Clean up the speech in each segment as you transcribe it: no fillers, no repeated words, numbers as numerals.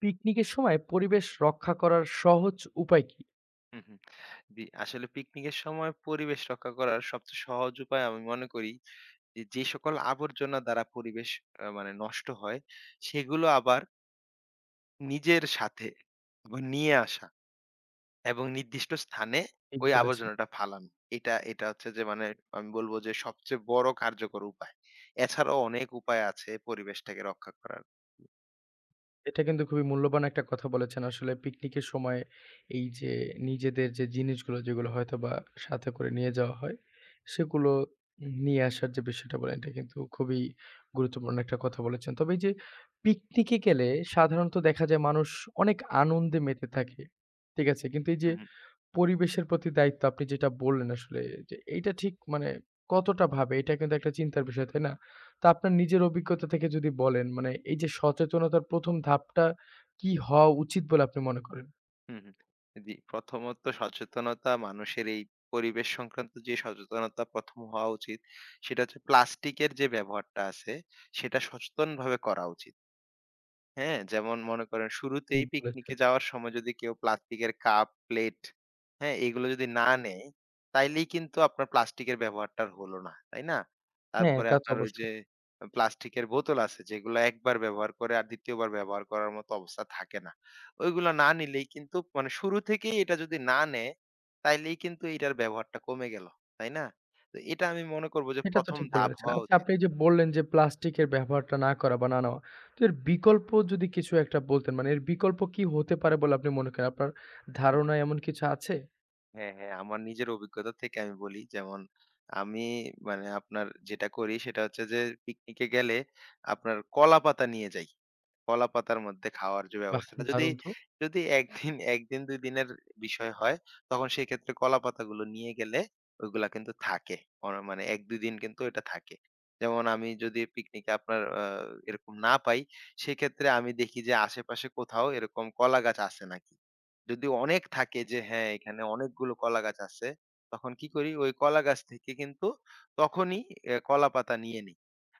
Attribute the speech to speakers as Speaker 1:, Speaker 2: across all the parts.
Speaker 1: পিকনিকের সময় পরিবেশ রক্ষা করার সহজ উপায় কি?
Speaker 2: হুম, হুম। জি, আসলে পিকনিকের সময় পরিবেশ রক্ষা করার সবচেয়ে সহজ উপায় আমি মনে করি যে সকল আবর্জনা দ্বারা পরিবেশ মানে নষ্ট হয়, সেগুলো আবার নিজের সাথে আবার নিয়ে আসা এবং নির্দিষ্ট স্থানে
Speaker 1: ঠিক
Speaker 2: ওই
Speaker 1: বলেছেন।
Speaker 2: আবর্জনাটা ফালানো। এটা এটা হচ্ছে যে মানে আমি বলব যে সবচেয়ে বড় কার্যকর উপায়। এছাড়াও অনেক উপায় আছে পরিবেশটাকে রক্ষা করার।
Speaker 1: এটা কিন্তু খুবই মূল্যবান একটা কথা বলেছেন। আসলে পিকনিকের সময় এই যে নিজেদের যে জিনিসগুলো যেগুলো হয়তোবা সাথে করে নিয়ে যাওয়া হয়, সেগুলো নিয়ে আসার যে বিষয়টা বলেন, এটা কিন্তু খুবই গুরুত্বপূর্ণ একটা কথা বলেছেন। তবে এই যে পিকনিকে গেলে সাধারণত দেখা যায় মানুষ অনেক আনন্দে মেতে থাকে। ঠিক আছে? কিন্তু এই যে পরিবেশের প্রতি দায়িত্ব আপনি যেটা বললেন আসলে যে এইটা ঠিক মানে কতটা ভাবে এটা কিন্তু একটা চিন্তার বিষয়, তাই না? তো আপনার নিজের অভিজ্ঞতা থেকে যদি বলেন মানে এই যে সচেতনতার ১ম ধাপটা কি হওয়া উচিত বলে আপনি মনে করেন?
Speaker 2: হুম, হুম। জি, প্রথমত সচেতনতা মানুষের এই পরিবেশ সংক্রান্ত যে সচেতনতা ১ম হওয়া উচিত সেটা হচ্ছে প্লাস্টিকের যে ব্যবহারটা আছে সেটা সচেতনভাবে করা উচিত। হ্যাঁ, যেমন মনে করেন শুরুতেই
Speaker 1: ঠিক
Speaker 2: পিকনিকে
Speaker 1: বলেছেন।
Speaker 2: যাওয়ার সময় যদি কেউ প্লাস্টিকের কাপ, প্লেট, হ্যাঁ? এগুলো যদি না নেয়, তাইলেই কিন্তু আপনার প্লাস্টিকের ব্যবহারটা আর হলো না, তাই না?
Speaker 1: হ্যাঁ,
Speaker 2: তারপরে
Speaker 1: তা তো
Speaker 2: আপনার ওই যে
Speaker 1: অবশ্যই।
Speaker 2: প্লাস্টিকের বোতল আছে যেগুলো একবার ব্যবহার করে আর দ্বিতীয়বার ব্যবহার করার মতো অবস্থা থাকে না। ওইগুলো না নিলেই কিন্তু মানে শুরু থেকেই এটা যদি না নেয়, তাইলেই কিন্তু এটার ব্যবহারটা কমে গেল, তাই না? তো এটা আমি মনে করব যে
Speaker 1: এটা তো
Speaker 2: প্রথম
Speaker 1: ঠিক বলে
Speaker 2: ধাপ
Speaker 1: রেখেছেন।
Speaker 2: হওয়া
Speaker 1: আচ্ছা
Speaker 2: উচিত।
Speaker 1: আপনি এই যে বললেন যে প্লাস্টিকের ব্যবহারটা না করা বা না নেওয়া। তো এর বিকল্প যদি কিছু একটা বলতেন মানে এর বিকল্প কি হতে পারে বলে আপনি মনে করেন? আপনার ধারণা এমন কিছু আছে?
Speaker 2: হ্যাঁ, হ্যাঁ। আমার নিজের অভিজ্ঞতা থেকে আমি বলি যেমন আমি মানে আপনার যেটা করি সেটা হচ্ছে যে পিকনিকে গেলে আপনার কলাপাতা নিয়ে যাই। কলাপাতার মধ্যে খাওয়ার যে
Speaker 1: বাহ!
Speaker 2: ব্যবস্থাটা যদি,
Speaker 1: দারুণ তো।
Speaker 2: যদি ১ দিন ১ দিন ২ দিনের বিষয় হয় তখন সেক্ষেত্রে কলাপাতাগুলো নিয়ে গেলে ওইগুলা কিন্তু থাকে। মানে ১-২ দিন কিন্তু এটা থাকে। যেমন আমি যদি পিকনিকে আপনার এরকম না পাই সেক্ষেত্রে আমি দেখি যে আশেপাশে কোথাও এরকম কলা গাছ আছে নাকি। যদি অনেক থাকে যে হ্যাঁ, এখানে অনেকগুলো কলাগাছ আছে, তখন কি করি ওই কলাগাছ থেকে কিন্তু তখনই কলাপাতা নিয়ে নেই।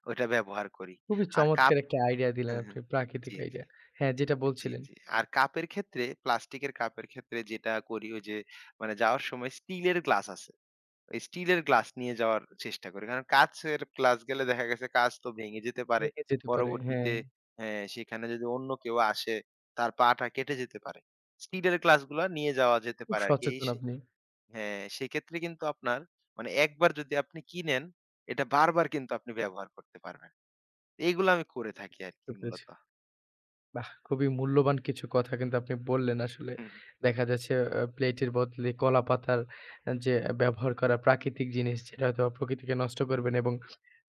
Speaker 2: ওইটা ব্যবহার করি।
Speaker 1: খুবই
Speaker 2: আর কাপ,
Speaker 1: চমৎকার একটা আইডিয়া দিলেন
Speaker 2: হ্যাঁ,
Speaker 1: আপনি,
Speaker 2: হ্যাঁ।
Speaker 1: প্রাকৃতিক
Speaker 2: জি, জি,
Speaker 1: আইডিয়া। হ্যাঁ, যেটা
Speaker 2: জি,
Speaker 1: বলছিলেন
Speaker 2: জি। আর কাপের ক্ষেত্রে প্লাস্টিকের কাপের ক্ষেত্রে যেটা করি ওই যে মানে যাওয়ার সময় স্টিলের গ্লাস আছে। ওই স্টিলের গ্লাস নিয়ে যাওয়ার চেষ্টা করি। কারণ কাঁচের গ্লাস গেলে দেখা গেছে কাঁচ তো ভেঙে যেতে পারে।
Speaker 1: রেখে যেতে পারে। হ্যাঁ,
Speaker 2: পরবর্তীতে হ্যাঁ, সেখানে যদি অন্য কেউ আসে তার পাটা কেটে যেতে পারে। স্টিলের গ্লাসগুলা নিয়ে যাওয়া যেতে
Speaker 1: খুব
Speaker 2: পারে আরকি। এই
Speaker 1: সচেতন
Speaker 2: সে
Speaker 1: আপনি,
Speaker 2: হ্যাঁ, সেক্ষেত্রে কিন্তু আপনার মানে একবার যদি আপনি কিনেন এটা বারবার কিন্তু আপনি ব্যবহার করতে পারবেন। এইগুলো আমি করে থাকি
Speaker 1: বুঝতে
Speaker 2: আরকি
Speaker 1: পেরেছি।
Speaker 2: মূলত।
Speaker 1: বাহ! খুবই মূল্যবান কিছু কথা কিন্তু আপনি বললেন আসলে।
Speaker 2: হুম,
Speaker 1: দেখা যাচ্ছে প্লেটের বদলে কলাপাতার যে ব্যবহার করা প্রাকৃতিক জিনিস যেটা হয়তো প্রকৃতিকে নষ্ট করবে না এবং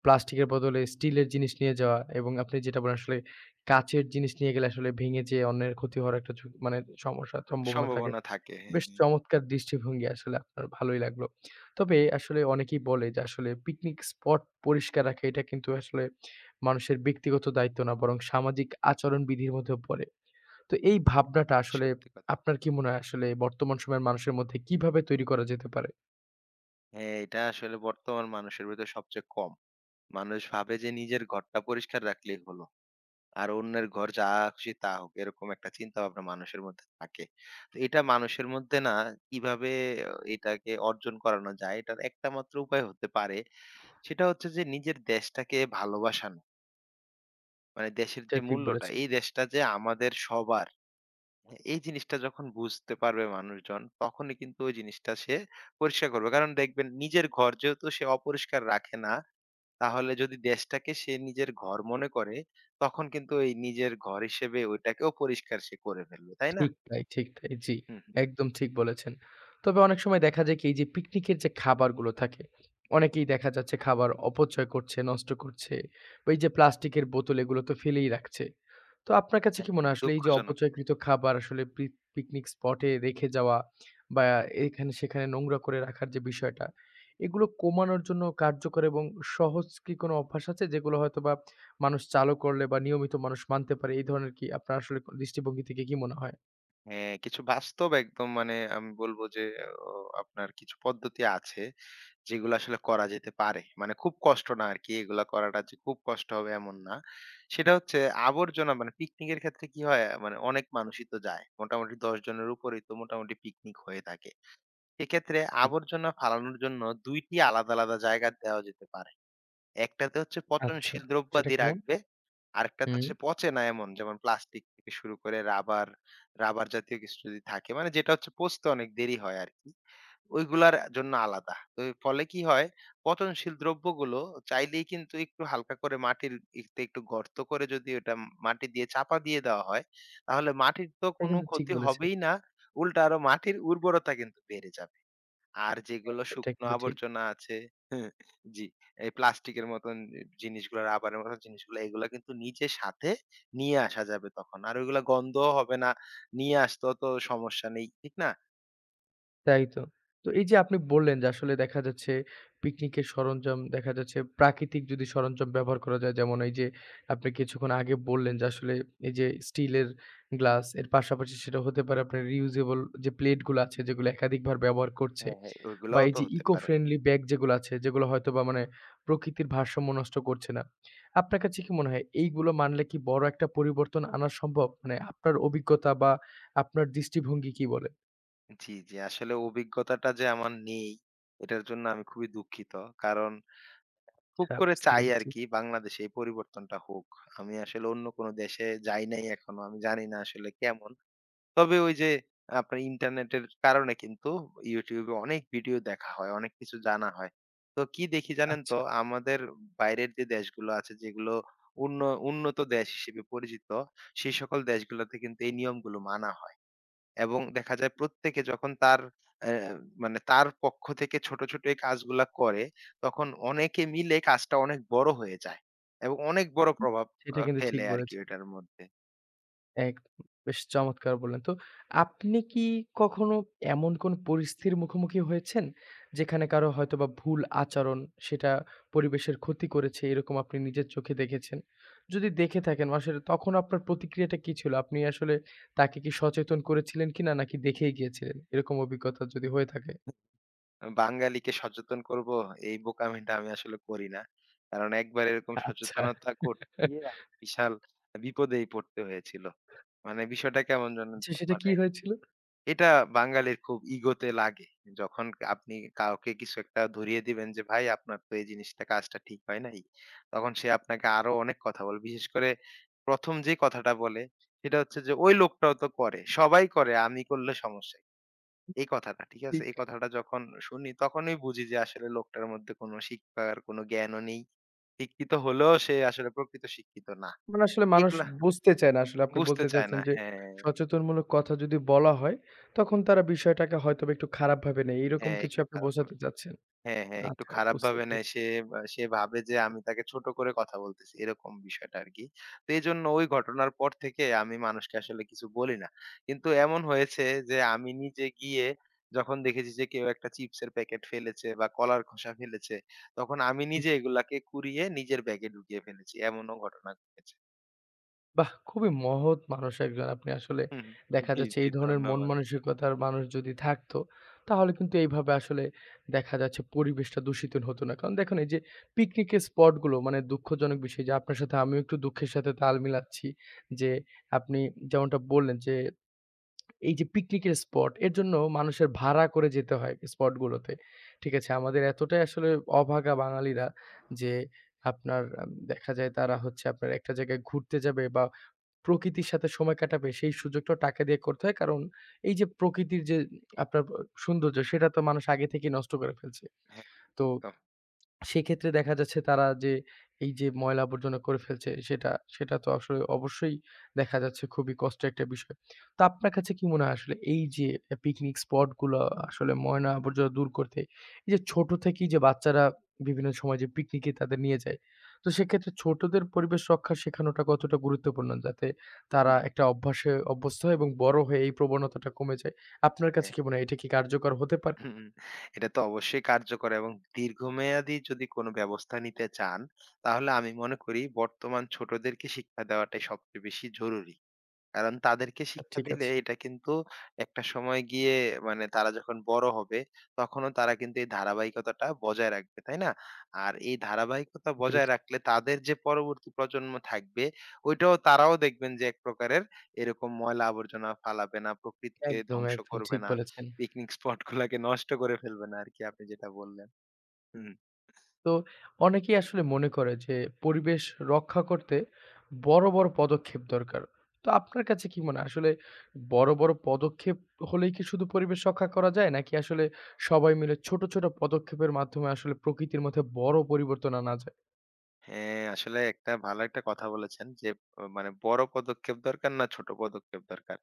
Speaker 1: প্লাস্টিকের বদলে স্টিলের জিনিস নিয়ে যাওয়া এবং আপনি যেটা বলেন আসলে কাচের জিনিস নিয়ে গেলে আসলে ভেঙে যেয়ে অন্যের ক্ষতি হওয়ার একটা ঝুঁকি মানে সমস্যা সম্ভাবনা থাকে।
Speaker 2: সম্ভাবনা থাকে। হ্যাঁ,
Speaker 1: বেশ
Speaker 2: হ্যাঁ,
Speaker 1: চমৎকার দৃষ্টিভঙ্গি আসলে আপনার ভালোই লাগলো। তবে আসলে অনেকেই বলে যে আসলে পিকনিক স্পট পরিষ্কার রাখা এটা কিন্তু আসলে মানুষের ব্যক্তিগত দায়িত্ব না বরং সামাজিক আচরণবিধির মধ্যেও পড়ে। তো এই ভাবনাটা আসলে
Speaker 2: সত্যি কথা।
Speaker 1: আপনার কি মনে হয় আসলে বর্তমান সময়ের মানুষের মধ্যে কিভাবে তৈরি করা যেতে পারে?
Speaker 2: হ্যাঁ, এটা আসলে বর্তমান মানুষের ভেতর সবচেয়ে কম। মানুষ ভাবে যে নিজের ঘরটা পরিষ্কার রাখলেই হলো। আর অন্যের ঘর যা খুশি তা হোক এরকম একটা চিন্তা ভাবনা মানুষের মধ্যে থাকে। তো এটা মানুষের মধ্যে না কিভাবে এটাকে অর্জন করানো যায় এটার একটা মাত্র উপায় হতে পারে সেটা হচ্ছে যে নিজের দেশটাকে ভালোবাসানো। মানে দেশের
Speaker 1: এটা
Speaker 2: যে
Speaker 1: ঠিক
Speaker 2: মূল্যটা
Speaker 1: বলেছেন।
Speaker 2: এই দেশটা যে আমাদের সবার। হ্যাঁ, এই জিনিসটা যখন বুঝতে পারবে মানুষজন তখনই কিন্তু ওই জিনিসটা সে পরিষ্কার করবে। কারণ দেখবেন নিজের ঘর যেহেতু সে অপরিষ্কার রাখে না তাহলে যদি দেশটাকে সে নিজের ঘর মনে করে, তখন কিন্তু এই নিজের ঘর হিসেবে ওইটাকেও পরিষ্কার সে করে ফেলবে। তাই না?
Speaker 1: ঠিক তাই, ঠিক তাই। জি,
Speaker 2: হুম, হুম।
Speaker 1: একদম ঠিক বলেছেন। তবে অনেক সময় দেখা যায় কি এই যে পিকনিকের যে খাবারগুলো থাকে, অনেকেই দেখা যাচ্ছে খাবার অপচয় করছে, নষ্ট করছে। বা এই যে প্লাস্টিকের বোতল এগুলো তো ফেলেই রাখছে। তো আপনার কাছে
Speaker 2: হ্যাঁ।
Speaker 1: কি মনে হয় আসলে এই যে
Speaker 2: দুঃখজনক।
Speaker 1: অপচয়কৃত খাবার আসলে পিকনিক স্পটে রেখে যাওয়া বা এখানে সেখানে নোংরা করে রাখার যে বিষয়টা, এগুলো কমানোর জন্য কার্যকর এবং সহজ কি কোনো অভ্যাস আছে যেগুলো হয়তোবা মানুষ চালু করলে বা নিয়মিত মানুষ মানতে পারে? এই ধরনের কি আপনার আসলে দৃষ্টিভঙ্গি থেকে কি মনে হয়?
Speaker 2: হ্যাঁ, কিছু বাস্তব একদম মানে আমি বলব যে অ আপনার কিছু পদ্ধতি আছে যেগুলো আসলে করা যেতে পারে। মানে খুব কষ্ট না আরকি। এগুলা করাটা যে খুব কষ্ট হবে এমন না। সেটা হচ্ছে আবর্জনা মানে পিকনিকের ক্ষেত্রে কি হয়? মানে অনেক মানুষই তো যায়। মোটামুটি ১০ জনের উপরেই তো মোটামুটি পিকনিক হয়ে থাকে। এক্ষেত্রে
Speaker 1: হুম,
Speaker 2: আবর্জনা ফালানোর জন্য ২ টি আলাদা, আলাদা জায়গা দেওয়া যেতে পারে। একটাতে হচ্ছে
Speaker 1: আচ্ছা।
Speaker 2: পচনশীল
Speaker 1: সেটা
Speaker 2: দ্রব্যাদি
Speaker 1: কেমন?
Speaker 2: রাখবে। আরেকটাতে
Speaker 1: হুম।
Speaker 2: হচ্ছে পচে না এমন যেমন প্লাস্টিক থেকে শুরু করে রাবার, রাবার জাতীয় কিছু যদি থাকে মানে যেটা হচ্ছে পচতে অনেক দেরি হয় আরকি। ওইগুলার জন্য আলাদা। তো এর ফলে কি হয় পচনশীল দ্রব্যগুলো চাইলেই কিন্তু একটু হালকা করে মাটির একটু, একটু গর্ত করে যদি ওটা মাটি দিয়ে চাপা দিয়ে দেওয়া হয়, তাহলে মাটির তো
Speaker 1: এটা
Speaker 2: কোনো
Speaker 1: কিন্তু ঠিক
Speaker 2: ক্ষতি
Speaker 1: বলেছেন।
Speaker 2: হবেই না। উল্টা আরো মাটির উর্বরতা কিন্তু বেড়ে যাবে। আর
Speaker 1: হ্যাঁ,
Speaker 2: যেগুলো
Speaker 1: এটা
Speaker 2: শুকনো
Speaker 1: কিন্তু ঠিক।
Speaker 2: আবর্জনা আছে জি, এই প্লাস্টিকের মতন জিনিসগুলো, রাবারের মতন জিনিসগুলো এগুলা কিন্তু নিজের সাথে নিয়ে আসা যাবে তখন। আর ওইগুলা গন্ধও হবে না। নিয়ে আসতেও তো সমস্যা নেই, ঠিক না?
Speaker 1: তাই তো। তো এই যে আপনি বললেন যে আসলে দেখা যাচ্ছে পিকনিকের সরঞ্জাম দেখা যাচ্ছে প্রাকৃতিক যদি সরঞ্জাম ব্যবহার করা যায় যেমন এই যে আপনি কিছুক্ষণ আগে বললেন যে আসলে এই যে স্টিলের গ্লাস এর পাশাপাশি সেটা হতে পারে আপনার reusable যে প্লেটগুলো আছে যেগুলো একাধিকবার ব্যবহার করছে
Speaker 2: হ্যাঁ, হ্যাঁ।
Speaker 1: বা
Speaker 2: ওইগুলাও
Speaker 1: এই
Speaker 2: তো
Speaker 1: যে
Speaker 2: হতে
Speaker 1: ইকো
Speaker 2: পারে।
Speaker 1: ফ্রেন্ডলি ব্যাগ যেগুলো আছে, যেগুলো হয়তোবা মানে প্রকৃতির ভারসাম্য নষ্ট করছে না। আপনার কাছে কি মনে হয় এইগুলো মানলে কি বড় একটা পরিবর্তন আনা সম্ভব? মানে আপনার অভিজ্ঞতা বা আপনার দৃষ্টিভঙ্গি কি বলে?
Speaker 2: জি, জি। আসলে অভিজ্ঞতাটা যে আমার নেই, এটার জন্য আমি খুবই দুঃখিত। কারণ খুব
Speaker 1: আচ্ছা
Speaker 2: করে
Speaker 1: বুঝতে
Speaker 2: চাই
Speaker 1: পেরেছি।
Speaker 2: আরকি বাংলাদেশে এই পরিবর্তনটা হোক। আমি আসলে অন্য কোনো দেশে যাই নাই এখনো। আমি জানি না আসলে কেমন। তবে ওই যে আপনার ইন্টারনেটের কারণে কিন্তু YouTube এ অনেক ভিডিও দেখা হয়, অনেক কিছু জানা হয়। তো কি দেখি জানেন
Speaker 1: আচ্ছা।
Speaker 2: তো? আমাদের বাইরের যে দেশগুলো আছে যেগুলো উন্ন উন্নত দেশ হিসেবে পরিচিত, সেই সকল দেশগুলোতে কিন্তু এই নিয়মগুলো মানা হয়। এবং দেখা যায় প্রত্যেকে যখন তার অ্যা মানে তার পক্ষ থেকে ছোট, ছোট এই কাজগুলা করে, তখন অনেকে মিলে কাজটা অনেক বড় হয়ে যায়। এবং অনেক বড় প্রভাব
Speaker 1: এটা কিন্তু ঠিক
Speaker 2: ফেলে আরকি
Speaker 1: বলেছেন।
Speaker 2: ওইটার মধ্যে।
Speaker 1: একদম। বেশ চমৎকার বললেন। তো আপনি কি কখনো এমন কোন পরিস্থিতির মুখোমুখি হয়েছেন, যেখানে কারো হয়তোবা ভুল আচরণ সেটা পরিবেশের ক্ষতি করেছে এরকম আপনি নিজের চোখে দেখেছেন? যদি দেখে থাকেন আসলে তখন আপনার প্রতিক্রিয়াটা কি ছিল? আপনি আসলে তাকে কি সচেতন করেছিলেন কিনা নাকি দেখেই গিয়েছিলেন? এরকম অভিজ্ঞতা যদি হয়ে থাকে?
Speaker 2: বাঙালিকে সচেতন করব এই বোকামিটা আমি আসলে করি না। কারণ একবার এরকম
Speaker 1: আচ্ছা।
Speaker 2: সচেতনতা করতে গিয়ে আমি বিশাল বিপদেই পড়তে হয়েছিল। মানে বিষয়টা কেমন জানেন
Speaker 1: আচ্ছা
Speaker 2: তো?
Speaker 1: সেটা কি
Speaker 2: মানে
Speaker 1: হয়েছিল?
Speaker 2: এটা বাঙালির খুব ইগোতে লাগে। যখন আপনি কাউকে কিছু একটা ধরিয়ে দিবেন যে, "ভাই আপনার তো এই জিনিসটা কাজটা ঠিক হয় নাই।" তখন সে আপনাকে আরো অনেক কথা বলবে। বিশেষ করে প্রথম যে কথাটা বলে সেটা হচ্ছে যে, "ওই লোকটাও তো করে। সবাই করে আমি করলে সমস্যা এই কথাটা, ঠিক আছে?" এই কথাটা যখন শুনি তখনই বুঝি যে আসলে লোকটার মধ্যে কোনো শিক্ষার কোনো জ্ঞানও নেই। শিক্ষিত হলেও সে আসলে প্রকৃত শিক্ষিত না।
Speaker 1: মানে আসলে মানুষ
Speaker 2: এগুলা
Speaker 1: বুঝতে চায় না। আসলে আপনি
Speaker 2: বুঝতে
Speaker 1: বলতে
Speaker 2: চায় না।
Speaker 1: চাচ্ছেন যে,
Speaker 2: হ্যাঁ,
Speaker 1: সচেতনমূলক কথা যদি বলা হয়, তখন তারা বিষয়টাকে হয়তোবা একটু খারাপভাবে নেয়। এরকম
Speaker 2: হ্যাঁ একটু
Speaker 1: কিছু আপনি
Speaker 2: খারাপ
Speaker 1: বোঝাতে চাচ্ছেন।
Speaker 2: হ্যাঁ, হ্যাঁ, একটু
Speaker 1: আচ্ছা, বুঝতে
Speaker 2: খারাপভাবে নেয়।
Speaker 1: পেরেছি।
Speaker 2: সে বা সে ভাবে যে আমি তাকে ছোট করে কথা বলতেছি। এরকম বিষয়টা আরকি। তো এজন্য ওই ঘটনার পর থেকে আমি মানুষকে আসলে কিছু বলি না। কিন্তু এমন হয়েছে যে আমি নিজে গিয়ে যখন দেখেছি যে কেউ একটা চিপসের প্যাকেট ফেলেছে বা কলার খোসা ফেলেছে, তখন আমি নিজে এগুলাকে কুড়িয়ে নিজের ব্যাগে ঢুকিয়ে ফেলেছি। এমনও ঘটনা ঘটেছে।
Speaker 1: বাহ! খুবই মহৎ মানুষ একজন। আপনি আসলে
Speaker 2: হুম, হুম।
Speaker 1: দেখা
Speaker 2: জি,
Speaker 1: যাচ্ছে
Speaker 2: জি।
Speaker 1: এই ধরনের মন
Speaker 2: ধন্যবাদ।
Speaker 1: মানসিকতার মানুষ যদি থাকতো, তাহলে কিন্তু এইভাবে আসলে দেখা যাচ্ছে পরিবেশটা দূষিত হতো না। কারণ দেখুন এই যে পিকনিকের স্পটগুলো মানে দুঃখজনক বিষয় যে আপনার সাথে আমিও একটু দুঃখের সাথে তাল মিলাচ্ছি। যে আপনি যেমনটা বললেন যে এই যে পিকনিকের স্পট এর জন্য মানুষের ভাড়া করে যেতে হয় স্পট গুলোতে। ঠিক আছে? আমাদের এতটাই আসলে অভাগা বাঙালিরা যে আপনার আম দেখা যায় তারা হচ্ছে আপনার একটা জায়গায় ঘুরতে যাবে বা প্রকৃতির সাথে সময় কাটাবে সেই সুযোগটাও টাকা দিয়ে করতে হয়। কারণ এই যে প্রকৃতির যে আপনার সৌন্দর্য সেটা তো মানুষ আগে থেকেই নষ্ট করে ফেলছে।
Speaker 2: হ্যাঁ,
Speaker 1: তো
Speaker 2: একদম।
Speaker 1: সেক্ষেত্রে দেখা যাচ্ছে তারা যে এই যে ময়লা আবর্জনা করে ফেলছে সেটা, সেটা তো আসলে অবশ্যই দেখা যাচ্ছে খুবই কষ্টের একটা বিষয়। তো আপনার কাছে কি মনে হয় আসলে এই যে পিকনিক স্পট গুলো আসলে ময়লা আবর্জনা দূর করতে এই যে ছোট থেকেই যে বাচ্চারা বিভিন্ন সময় যে পিকনিকে তাদের নিয়ে যায়। তো সেক্ষেত্রে ছোটদের পরিবেশ রক্ষা শেখানোটা কতটা গুরুত্বপূর্ণ যাতে তারা
Speaker 2: হুম।
Speaker 1: একটা অভ্যাসে অভ্যস্ত হয় এবং বড় হয়ে এই প্রবণতাটা কমে যায়। আপনার কাছে
Speaker 2: হ্যাঁ।
Speaker 1: কি মনে হয় এটা কি কার্যকর হতে পারে?
Speaker 2: হুম, এটা তো অবশ্যই কার্যকর এবং দীর্ঘমেয়াদী যদি কোনো ব্যবস্থা নিতে চান, তাহলে আমি মনে করি বর্তমান ছোটদেরকে শিক্ষা দেওয়াটাই সবচেয়ে বেশি জরুরি। কারণ তাদেরকে শিক্ষা
Speaker 1: ঠিক
Speaker 2: দিলে
Speaker 1: আছে
Speaker 2: এটা কিন্তু একটা সময় গিয়ে মানে তারা যখন বড় হবে তখনও তারা কিন্তু এই ধারাবাহিকতাটা বজায় রাখবে, তাই না? আর এই ধারাবাহিকতা
Speaker 1: বুঝতে
Speaker 2: বজায়
Speaker 1: পেরেছি।
Speaker 2: রাখলে তাদের যে পরবর্তী প্রজন্ম থাকবে ওইটাও তারাও দেখবেন যে এক প্রকারের এরকম ময়লা আবর্জনা ফালাবে না, প্রকৃতিকে
Speaker 1: একদম,
Speaker 2: ধ্বংস
Speaker 1: একদম
Speaker 2: করবে
Speaker 1: ঠিক
Speaker 2: না,
Speaker 1: বলেছেন।
Speaker 2: পিকনিক স্পট গুলাকে নষ্ট করে ফেলবে না আরকি আপনি যেটা বললেন।
Speaker 1: তো অনেকেই আসলে মনে করে যে পরিবেশ রক্ষা করতে বড়, বড় পদক্ষেপ দরকার। তো আপনার কাছে কি মনে হয় আসলে বড়, বড় পদক্ষেপ হলেই কি শুধু পরিবেশ রক্ষা করা যায়? নাকি আসলে সবাই মিলে ছোট, ছোট পদক্ষেপের মাধ্যমে আসলে প্রকৃতির মধ্যে বড় পরিবর্তন আনা যায়?
Speaker 2: হ্যাঁ, আসলে একটা ভালো একটা কথা বলেছেন যে মানে বড় পদক্ষেপ দরকার না ছোট পদক্ষেপ দরকার।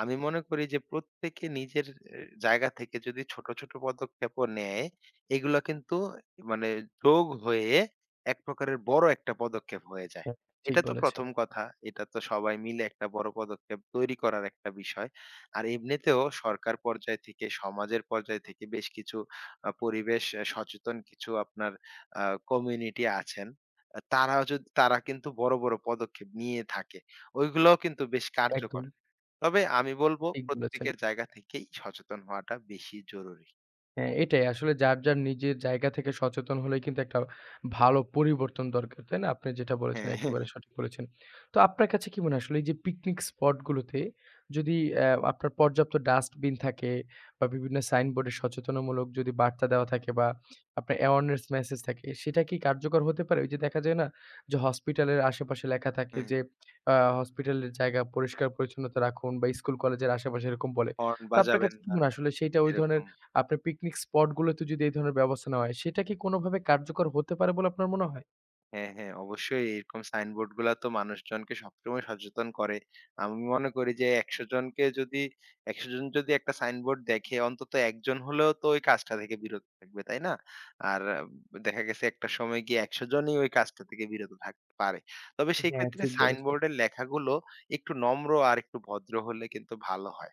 Speaker 2: আমি মনে করি যে প্রত্যেকে নিজের এ জায়গা থেকে যদি ছোট, ছোট পদক্ষেপও নেয়, এগুলা কিন্তু মানে যোগ হয়ে এক প্রকারের বড় একটা পদক্ষেপ হয়ে যায়।
Speaker 1: হ্যাঁ। ঠিক
Speaker 2: এটা তো
Speaker 1: বলেছেন।
Speaker 2: প্রথম কথা। এটা তো সবাই মিলে একটা বড় পদক্ষেপ তৈরি করার একটা বিষয়। আর এমনিতেও সরকার পর্যায় থেকে, সমাজের পর্যায় থেকে বেশ কিছু পরিবেশ এ সচেতন কিছু আপনার আ কমিউনিটি আছেন। আ তারা যদি তারা কিন্তু বড়, বড় পদক্ষেপ নিয়ে থাকে। ওইগুলোও কিন্তু বেশ কার্যকর।
Speaker 1: একদম
Speaker 2: তবে আমি বলব
Speaker 1: ঠিক বলেছেন।
Speaker 2: প্রত্যেকের জায়গা থেকেই সচেতন হওয়াটা বেশি জরুরি।
Speaker 1: হ্যাঁ, এটাই আসলে যার, যার নিজের জায়গা থেকে সচেতন হলেই কিন্তু একটা ভালো পরিবর্তন দরকার, তাই না? আপনি যেটা বলেছেন
Speaker 2: হ্যাঁ, হ্যাঁ,
Speaker 1: একেবারে
Speaker 2: হ্যাঁ।
Speaker 1: সঠিক বলেছেন। তো আপনার কাছে কি মনে হয় আসলে এই যে পিকনিক স্পট গুলোতে যদি আপনার পর্যাপ্ত ডাস্টবিন থাকে বা বিভিন্ন সাইনবোর্ডে সচেতনামূলক যদি বার্তা দেওয়া থাকে বা আপনার অ্যাওয়ারনেস মেসেজ থাকে, সেটা কি কার্যকর হতে পারে? ওই যে দেখা যায় না যে হসপিটালের আশেপাশে লেখা থাকে
Speaker 2: হ্যাঁ।
Speaker 1: যে হসপিটালের জায়গা পরিষ্কার পরিচ্ছন্নতা রাখুন বা স্কুল কলেজের আশেপাশে এরকম বলে।
Speaker 2: হর্ন
Speaker 1: তো আপনার
Speaker 2: বাজাবেন
Speaker 1: কাছে কি
Speaker 2: না
Speaker 1: মনে হয় আসলে সেইটা ওই ধরনের
Speaker 2: এরকম।
Speaker 1: আপনার পিকনিক স্পট গুলোতে যদি এই ধরনের ব্যবস্থা নেওয়া হয়, সেটা কি কোনোভাবে কার্যকর হতে পারে বলে আপনার মনে হয়?
Speaker 2: হ্যাঁ, হ্যাঁ, অবশ্যই এরকম সাইনবোর্ড গুলা তো মানুষজনকে সবসময় সচেতন করে। আমি মনে করি যে ১০০ জন যদি একটা সাইনবোর্ড দেখে অন্তত একজন হলেও তো ওই কাজটা থেকে বিরত থাকবে, তাই না? আর দেখা গেছে একটা সময় গিয়ে ১০০ জনই ওই কাজটা থেকে বিরত থাকতে পারে। তবে সেই
Speaker 1: হ্যাঁ,
Speaker 2: ক্ষেত্রে
Speaker 1: ঠিক বলেছেন।
Speaker 2: সাইনবোর্ডের লেখাগুলো একটু নম্র আর একটু ভদ্র হলে কিন্তু ভালো হয়।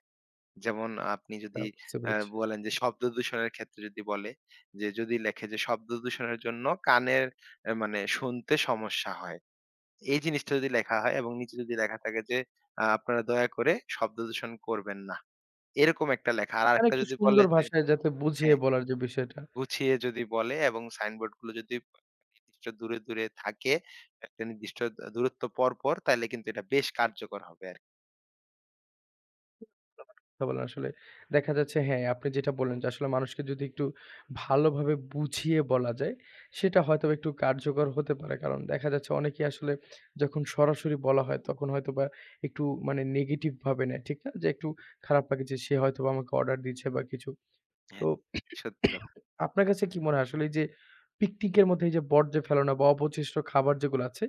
Speaker 2: যেমন আপনি
Speaker 1: তা
Speaker 2: যদি
Speaker 1: বুঝতে
Speaker 2: আ
Speaker 1: পেরেছি।
Speaker 2: বলেন যে শব্দ দূষণের ক্ষেত্রে যদি বলে যে যদি লেখে যে শব্দ দূষণের জন্য কানের মানে শুনতে সমস্যা হয়। এই জিনিসটা যদি লেখা হয় এবং নিচে যদি লেখা থাকে যে আপনারা দয়া করে শব্দ দূষণ করবেন না। এরকম একটা লেখা। আর
Speaker 1: মানে
Speaker 2: আরেকটা
Speaker 1: একটু
Speaker 2: যদি বলে
Speaker 1: সুন্দর
Speaker 2: যে
Speaker 1: ভাষায় যাতে বুঝিয়ে
Speaker 2: হ্যাঁ,
Speaker 1: বলার যে বিষয়টা,
Speaker 2: গুছিয়ে যদি বলে এবং সাইনবোর্ড গুলো যদি নির্দিষ্ট দূরে, দূরে থাকে, একটা নির্দিষ্ট দূরত্ব পর, পর তাইলে কিন্তু এটা বেশ কার্যকর হবে আরকি।
Speaker 1: তা বলেন আসলে দেখা যাচ্ছে হ্যাঁ, আপনি যেটা বললেন যে আসলে মানুষকে যদি একটু ভালোভাবে বুঝিয়ে বলা যায়, সেটা হয়তোবা একটু কার্যকর হতে পারে। কারণ দেখা যাচ্ছে অনেকেই আসলে যখন সরাসরি বলা হয়, তখন হয়তোবা একটু মানে নেগেটিভ ভাবে নেয়, ঠিক না? যে একটু খারাপ লাগে যে সে হয়তোবা আমাকে অর্ডার দিচ্ছে বা কিছু। তো
Speaker 2: হ্যাঁ। সত্যি কথা।
Speaker 1: আপনার কাছে কি মনে হয় আসলে এই যে পিকনিকের মধ্যে এই যে বর্জ্য ফেলনা বা অবশিষ্ট খাবার যেগুলো আছে,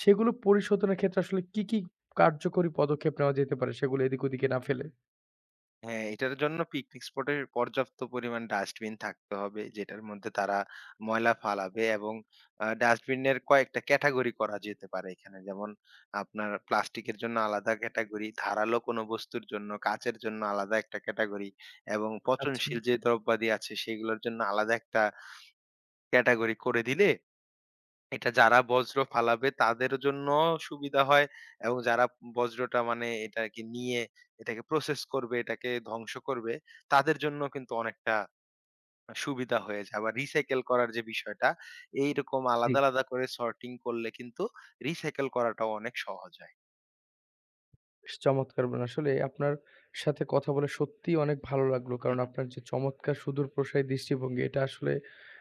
Speaker 1: সেগুলো পরিশোধনের ক্ষেত্রে আসলে কি, কি কার্যকরী পদক্ষেপ নেওয়া যেতে পারে সেগুলো এদিক ওদিকে না ফেলে?
Speaker 2: হ্যাঁ, এটার জন্য পিকনিক স্পটের পর্যাপ্ত পরিমাণ ডাস্টবিন থাকতে হবে, যেটার মধ্যে তারা ময়লা ফালাবে এবং ডাস্টবিনের কয়েকটা ক্যাটেগরি করা যেতে পারে এখানে। যেমন আপনার প্লাস্টিকের জন্য আলাদা ক্যাটেগরি, ধারালো কোনো বস্তুর জন্য, কাঁচের জন্য আলাদা একটা ক্যাটেগরি এবং
Speaker 1: আচ্ছা,
Speaker 2: পচনশীল যে দ্রব্যাদি আছে সেগুলোর জন্য আলাদা একটা ক্যাটেগরি করে দিলে এটা যারা বজ্র ফালাবে তাদের জন্য সুবিধা হয় এবং যারা বজ্রটা মানে এটাকে নিয়ে এটাকে প্রসেস করবে, এটাকে ধ্বংস করবে, তাদের জন্য কিন্তু অনেকটা সুবিধা হয়ে যায়। আবার রিসাইকেল করার যে বিষয়টা, এইরকম
Speaker 1: জি।
Speaker 2: আলাদা, আলাদা করে সর্টিং করলে কিন্তু রিসাইকেল করাটাও অনেক সহজ হয়।
Speaker 1: বেশ চমৎকার বলেন। আসলে আপনার সাথে কথা বলে সত্যিই অনেক ভালো লাগলো।
Speaker 2: হু,
Speaker 1: কারণ
Speaker 2: হু।
Speaker 1: আপনার যে চমৎকার সুদূরপ্রসারী দৃষ্টিভঙ্গি এটা আসলে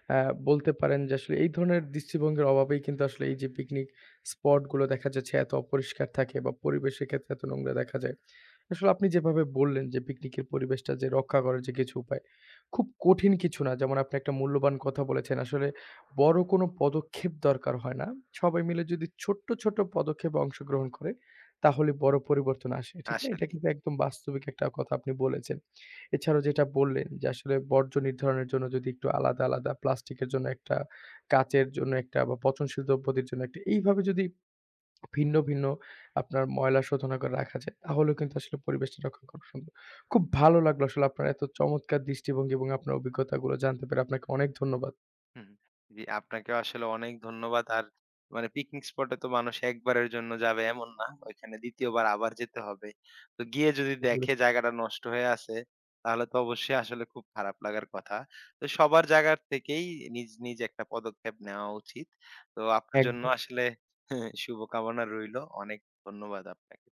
Speaker 1: অ্যা বলতে পারেন যে আসলে এই ধরনের দৃষ্টিভঙ্গির অভাবেই কিন্তু আসলে এই যে পিকনিক স্পট গুলো দেখা যাচ্ছে এত অপরিষ্কার থাকে বা পরিবেশের ক্ষেত্রে এত নোংরা দেখা যায়। আসলে আপনি যেভাবে বললেন যে পিকনিকের পরিবেশটা যে রক্ষা করার যে কিছু উপায়, খুব কঠিন কিছু না। যেমন আপনি একটা মূল্যবান কথা বলেছেন। আসলে বড় কোনো পদক্ষেপ দরকার হয় না। সবাই মিলে যদি ছোট্ট, ছোট্ট পদক্ষেপে অংশগ্রহণ করে তাহলে বড় পরিবর্তন আসে। ঠিক না? এটা
Speaker 2: আসলেই।
Speaker 1: কিন্তু একদম বাস্তবিক একটা কথা আপনি বলেছেন। এছাড়াও যেটা বললেন যে আসলে বর্জ্য নির্ধারণের জন্য যদি একটু আলাদা, আলাদা প্লাস্টিকের জন্য একটা, কাঁচের জন্য একটা বা পচনশীল দ্রব্যদের জন্য একটা এইভাবে যদি ভিন্ন, ভিন্ন আপনার ময়লা শোধনাগার রাখা যায় তাহলেও কিন্তু আসলে পরিবেশটা রক্ষা করা সম্ভব। খুব ভালো লাগলো আসলে আপনার এত চমৎকার দৃষ্টিভঙ্গি এবং আপনার অভিজ্ঞতাগুলো জানতে পেরে আপনাকে অনেক ধন্যবাদ।
Speaker 2: হুম, জি আপনাকেও আসলে অনেক ধন্যবাদ। আর মানে পিকনিক স্পটে তো মানুষ একবারের জন্য যাবে এমন না। ওইখানে দ্বিতীয় বার আবার যেতে হবে। তো গিয়ে যদি দেখে জায়গাটা নষ্ট হয়ে আছে, তাহলে তো অবশ্যই আসলে খুব খারাপ লাগার কথা। তো সবার জায়গার থেকেই নিজ, নিজ একটা পদক্ষেপ নেওয়া উচিত। তো আপনার জন্য
Speaker 1: একদম।
Speaker 2: আসলে শুভকামনা রইলো। অনেক ধন্যবাদ আপনাকে।